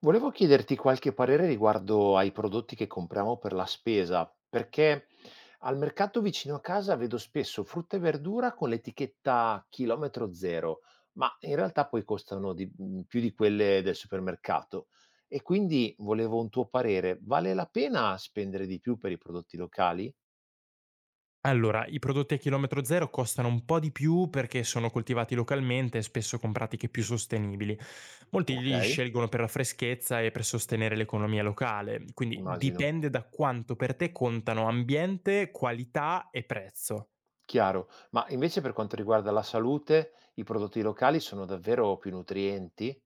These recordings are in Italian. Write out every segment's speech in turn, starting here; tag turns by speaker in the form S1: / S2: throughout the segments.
S1: Volevo chiederti qualche parere riguardo ai prodotti che compriamo per la spesa, perché al mercato vicino a casa vedo spesso frutta e verdura con l'etichetta chilometro zero, ma in realtà poi costano più di quelle del supermercato. E quindi volevo un tuo parere, vale la pena spendere di più per i prodotti locali?
S2: Allora, i prodotti a chilometro zero costano un po' di più perché sono coltivati localmente e spesso con pratiche più sostenibili. Molti
S1: Ok,
S2: li scelgono per la freschezza e per sostenere l'economia locale, quindi
S1: immagino.
S2: dipende da quanto per te contano ambiente, qualità e prezzo.
S1: Chiaro, ma invece per quanto riguarda la salute, i prodotti locali sono davvero più nutrienti,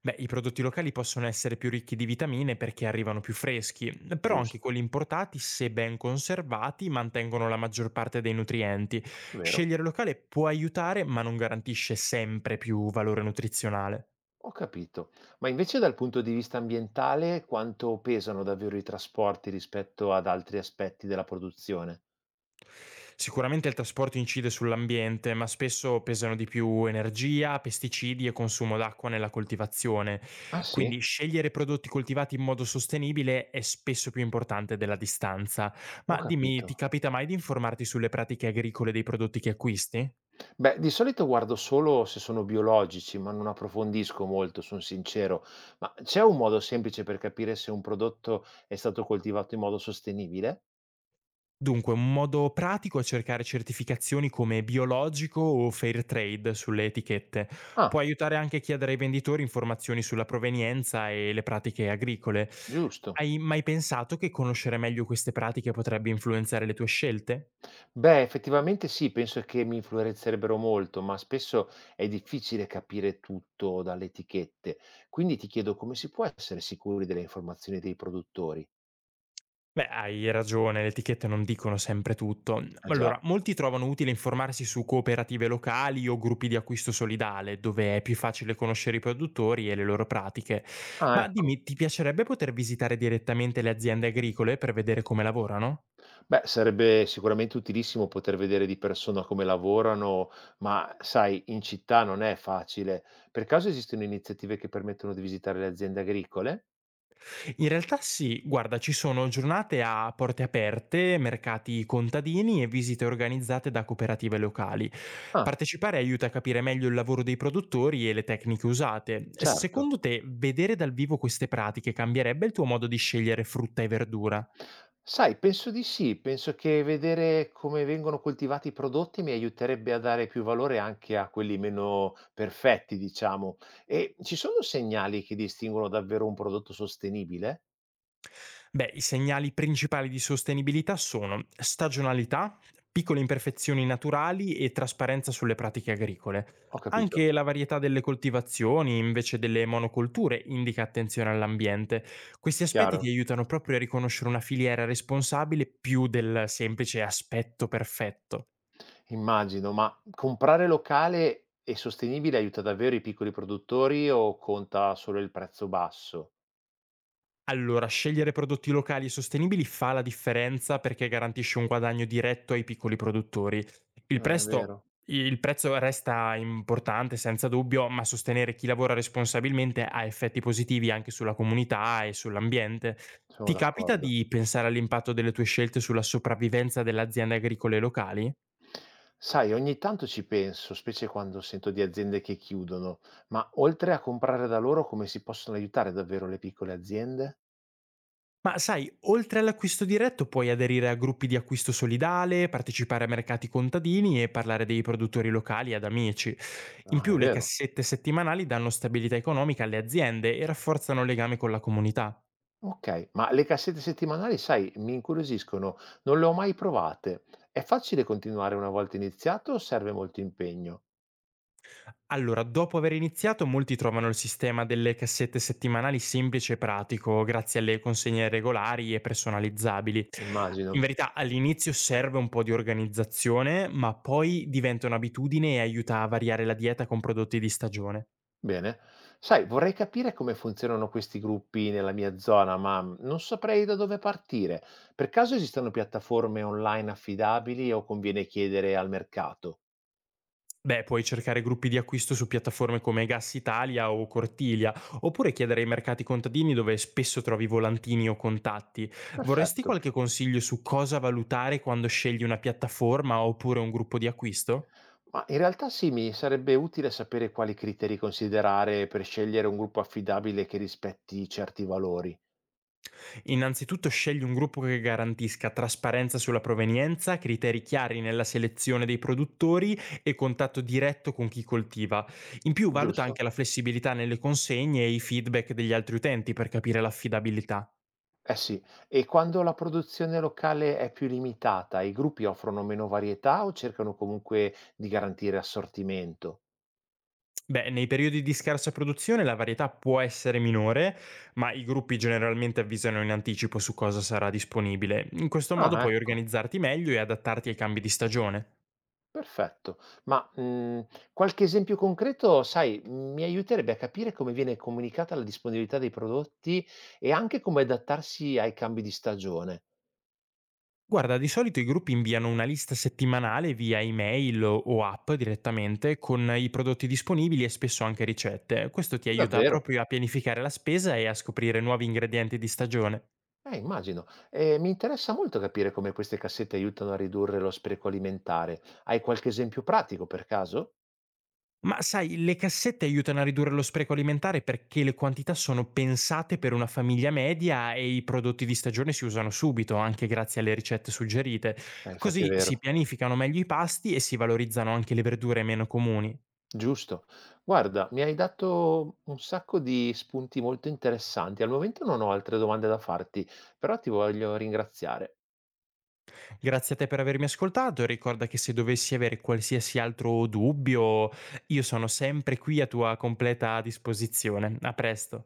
S2: Beh, i prodotti locali possono essere più ricchi di vitamine perché arrivano più freschi, però anche
S1: giusto?
S2: quelli importati, se ben conservati, mantengono la maggior parte dei nutrienti.
S1: Vero?
S2: Scegliere locale può aiutare, ma non garantisce sempre più valore nutrizionale.
S1: Ho capito. Ma invece dal punto di vista ambientale, quanto pesano davvero i trasporti rispetto ad altri aspetti della produzione?
S2: Sicuramente il trasporto incide sull'ambiente, ma spesso pesano di più energia, pesticidi e consumo d'acqua nella coltivazione.
S1: Ah, sì?
S2: Quindi scegliere prodotti coltivati in modo sostenibile è spesso più importante della distanza.
S1: Ho
S2: Ma dimmi,
S1: capito.
S2: ti capita mai di informarti sulle pratiche agricole dei prodotti che acquisti?
S1: Beh, di solito guardo solo se sono biologici, ma non approfondisco molto, sono sincero. Ma c'è un modo semplice per capire se un prodotto è stato coltivato in modo sostenibile?
S2: Dunque, un modo pratico è cercare certificazioni come biologico o fair trade sulle etichette. Può
S1: Ah,
S2: aiutare anche chi chiedere ai venditori informazioni sulla provenienza e le pratiche agricole.
S1: giusto.
S2: Hai mai pensato che conoscere meglio queste pratiche potrebbe influenzare le tue scelte?
S1: Beh, effettivamente sì, penso che mi influenzerebbero molto, ma spesso è difficile capire tutto dalle etichette. Quindi ti chiedo come si può essere sicuri delle informazioni dei produttori?
S2: Beh, hai ragione, le etichette non dicono sempre tutto. Ma
S1: Ah già.
S2: allora, molti trovano utile informarsi su cooperative locali o gruppi di acquisto solidale, dove è più facile conoscere i produttori e le loro pratiche.
S1: Ah,
S2: Ma
S1: ecco.
S2: dimmi, ti piacerebbe poter visitare direttamente le aziende agricole per vedere come lavorano?
S1: Beh, sarebbe sicuramente utilissimo poter vedere di persona come lavorano, ma sai, in città non è facile. Per caso esistono iniziative che permettono di visitare le aziende agricole?
S2: In realtà sì, guarda, ci sono giornate a porte aperte, mercati contadini e visite organizzate da cooperative locali.
S1: Ah,
S2: Partecipare aiuta a capire meglio il lavoro dei produttori e le tecniche usate.
S1: certo.
S2: Secondo te, vedere dal vivo queste pratiche cambierebbe il tuo modo di scegliere frutta e verdura?
S1: Sai, penso di sì, penso che vedere come vengono coltivati i prodotti mi aiuterebbe a dare più valore anche a quelli meno perfetti, diciamo. E ci sono segnali che distinguono davvero un prodotto sostenibile?
S2: Beh, i segnali principali di sostenibilità sono stagionalità, piccole imperfezioni naturali e trasparenza sulle pratiche agricole.
S1: Ho capito,
S2: Anche la varietà delle coltivazioni invece delle monocolture indica attenzione all'ambiente. Questi aspetti ti
S1: chiaro,
S2: aiutano proprio a riconoscere una filiera responsabile più del semplice aspetto perfetto.
S1: immagino, ma comprare locale e sostenibile aiuta davvero i piccoli produttori o conta solo il prezzo basso?
S2: Allora, scegliere prodotti locali e sostenibili fa la differenza perché garantisce un guadagno diretto ai piccoli produttori. Il,
S1: È
S2: presto-
S1: vero,
S2: il prezzo resta importante senza dubbio, ma sostenere chi lavora responsabilmente ha effetti positivi anche sulla comunità e sull'ambiente.
S1: sono
S2: Ti capita
S1: d'accordo.
S2: di pensare all'impatto delle tue scelte sulla sopravvivenza delle aziende agricole locali?
S1: Sai, ogni tanto ci penso, specie quando sento di aziende che chiudono, ma oltre a comprare da loro, come si possono aiutare davvero le piccole aziende?
S2: Ma sai, oltre all'acquisto diretto puoi aderire a gruppi di acquisto solidale, partecipare a mercati contadini e parlare dei produttori locali ad amici. In
S1: Ah, è
S2: più le
S1: vero.
S2: cassette settimanali danno stabilità economica alle aziende e rafforzano il legame con la comunità.
S1: Ok, ma le cassette settimanali, sai, mi incuriosiscono, non le ho mai provate. È facile continuare una volta iniziato o serve molto impegno?
S2: Allora, dopo aver iniziato, molti trovano il sistema delle cassette settimanali semplice e pratico, grazie alle consegne regolari e personalizzabili. In
S1: Immagino.
S2: verità, all'inizio serve un po' di organizzazione, ma poi diventa un'abitudine e aiuta a variare la dieta con prodotti di stagione.
S1: Bene. Sai, vorrei capire come funzionano questi gruppi nella mia zona, ma non saprei da dove partire. Per caso esistono piattaforme online affidabili o conviene chiedere al mercato?
S2: Beh, puoi cercare gruppi di acquisto su piattaforme come Gas Italia o Cortilia, oppure chiedere ai mercati contadini dove spesso trovi volantini o contatti. Vorresti
S1: Perfetto.
S2: qualche consiglio su cosa valutare quando scegli una piattaforma oppure un gruppo di acquisto?
S1: Ma in realtà sì, mi sarebbe utile sapere quali criteri considerare per scegliere un gruppo affidabile che rispetti certi valori,
S2: Innanzitutto scegli un gruppo che garantisca trasparenza sulla provenienza, criteri chiari nella selezione dei produttori e contatto diretto con chi coltiva. In più valuta
S1: giusto?
S2: anche la flessibilità nelle consegne e i feedback degli altri utenti per capire l'affidabilità.
S1: Eh sì, e quando la produzione locale è più limitata, i gruppi offrono meno varietà o cercano comunque di garantire assortimento?
S2: Beh, nei periodi di scarsa produzione la varietà può essere minore, ma i gruppi generalmente avvisano in anticipo su cosa sarà disponibile. In questo modo
S1: Ah,
S2: puoi
S1: ecco.
S2: organizzarti meglio e adattarti ai cambi di stagione.
S1: Perfetto. Ma, mhmm, qualche esempio concreto, sai, mi aiuterebbe a capire come viene comunicata la disponibilità dei prodotti e anche come adattarsi ai cambi di stagione.
S2: Guarda, di solito i gruppi inviano una lista settimanale via email o app direttamente con i prodotti disponibili e spesso anche ricette. Questo ti aiuta
S1: Davvero?
S2: proprio a pianificare la spesa e a scoprire nuovi ingredienti di stagione.
S1: Immagino. Mi interessa molto capire come queste cassette aiutano a ridurre lo spreco alimentare. Hai qualche esempio pratico per caso?
S2: Ma sai, le cassette aiutano a ridurre lo spreco alimentare perché le quantità sono pensate per una famiglia media e i prodotti di stagione si usano subito, anche grazie alle ricette suggerite.
S1: Infatti è
S2: Così si
S1: vero.
S2: pianificano meglio i pasti e si valorizzano anche le verdure meno comuni.
S1: Giusto. Guarda, mi hai dato un sacco di spunti molto interessanti. Al momento non ho altre domande da farti, però ti voglio ringraziare.
S2: Grazie a te per avermi ascoltato e ricorda che se dovessi avere qualsiasi altro dubbio, io sono sempre qui a tua completa disposizione. A presto.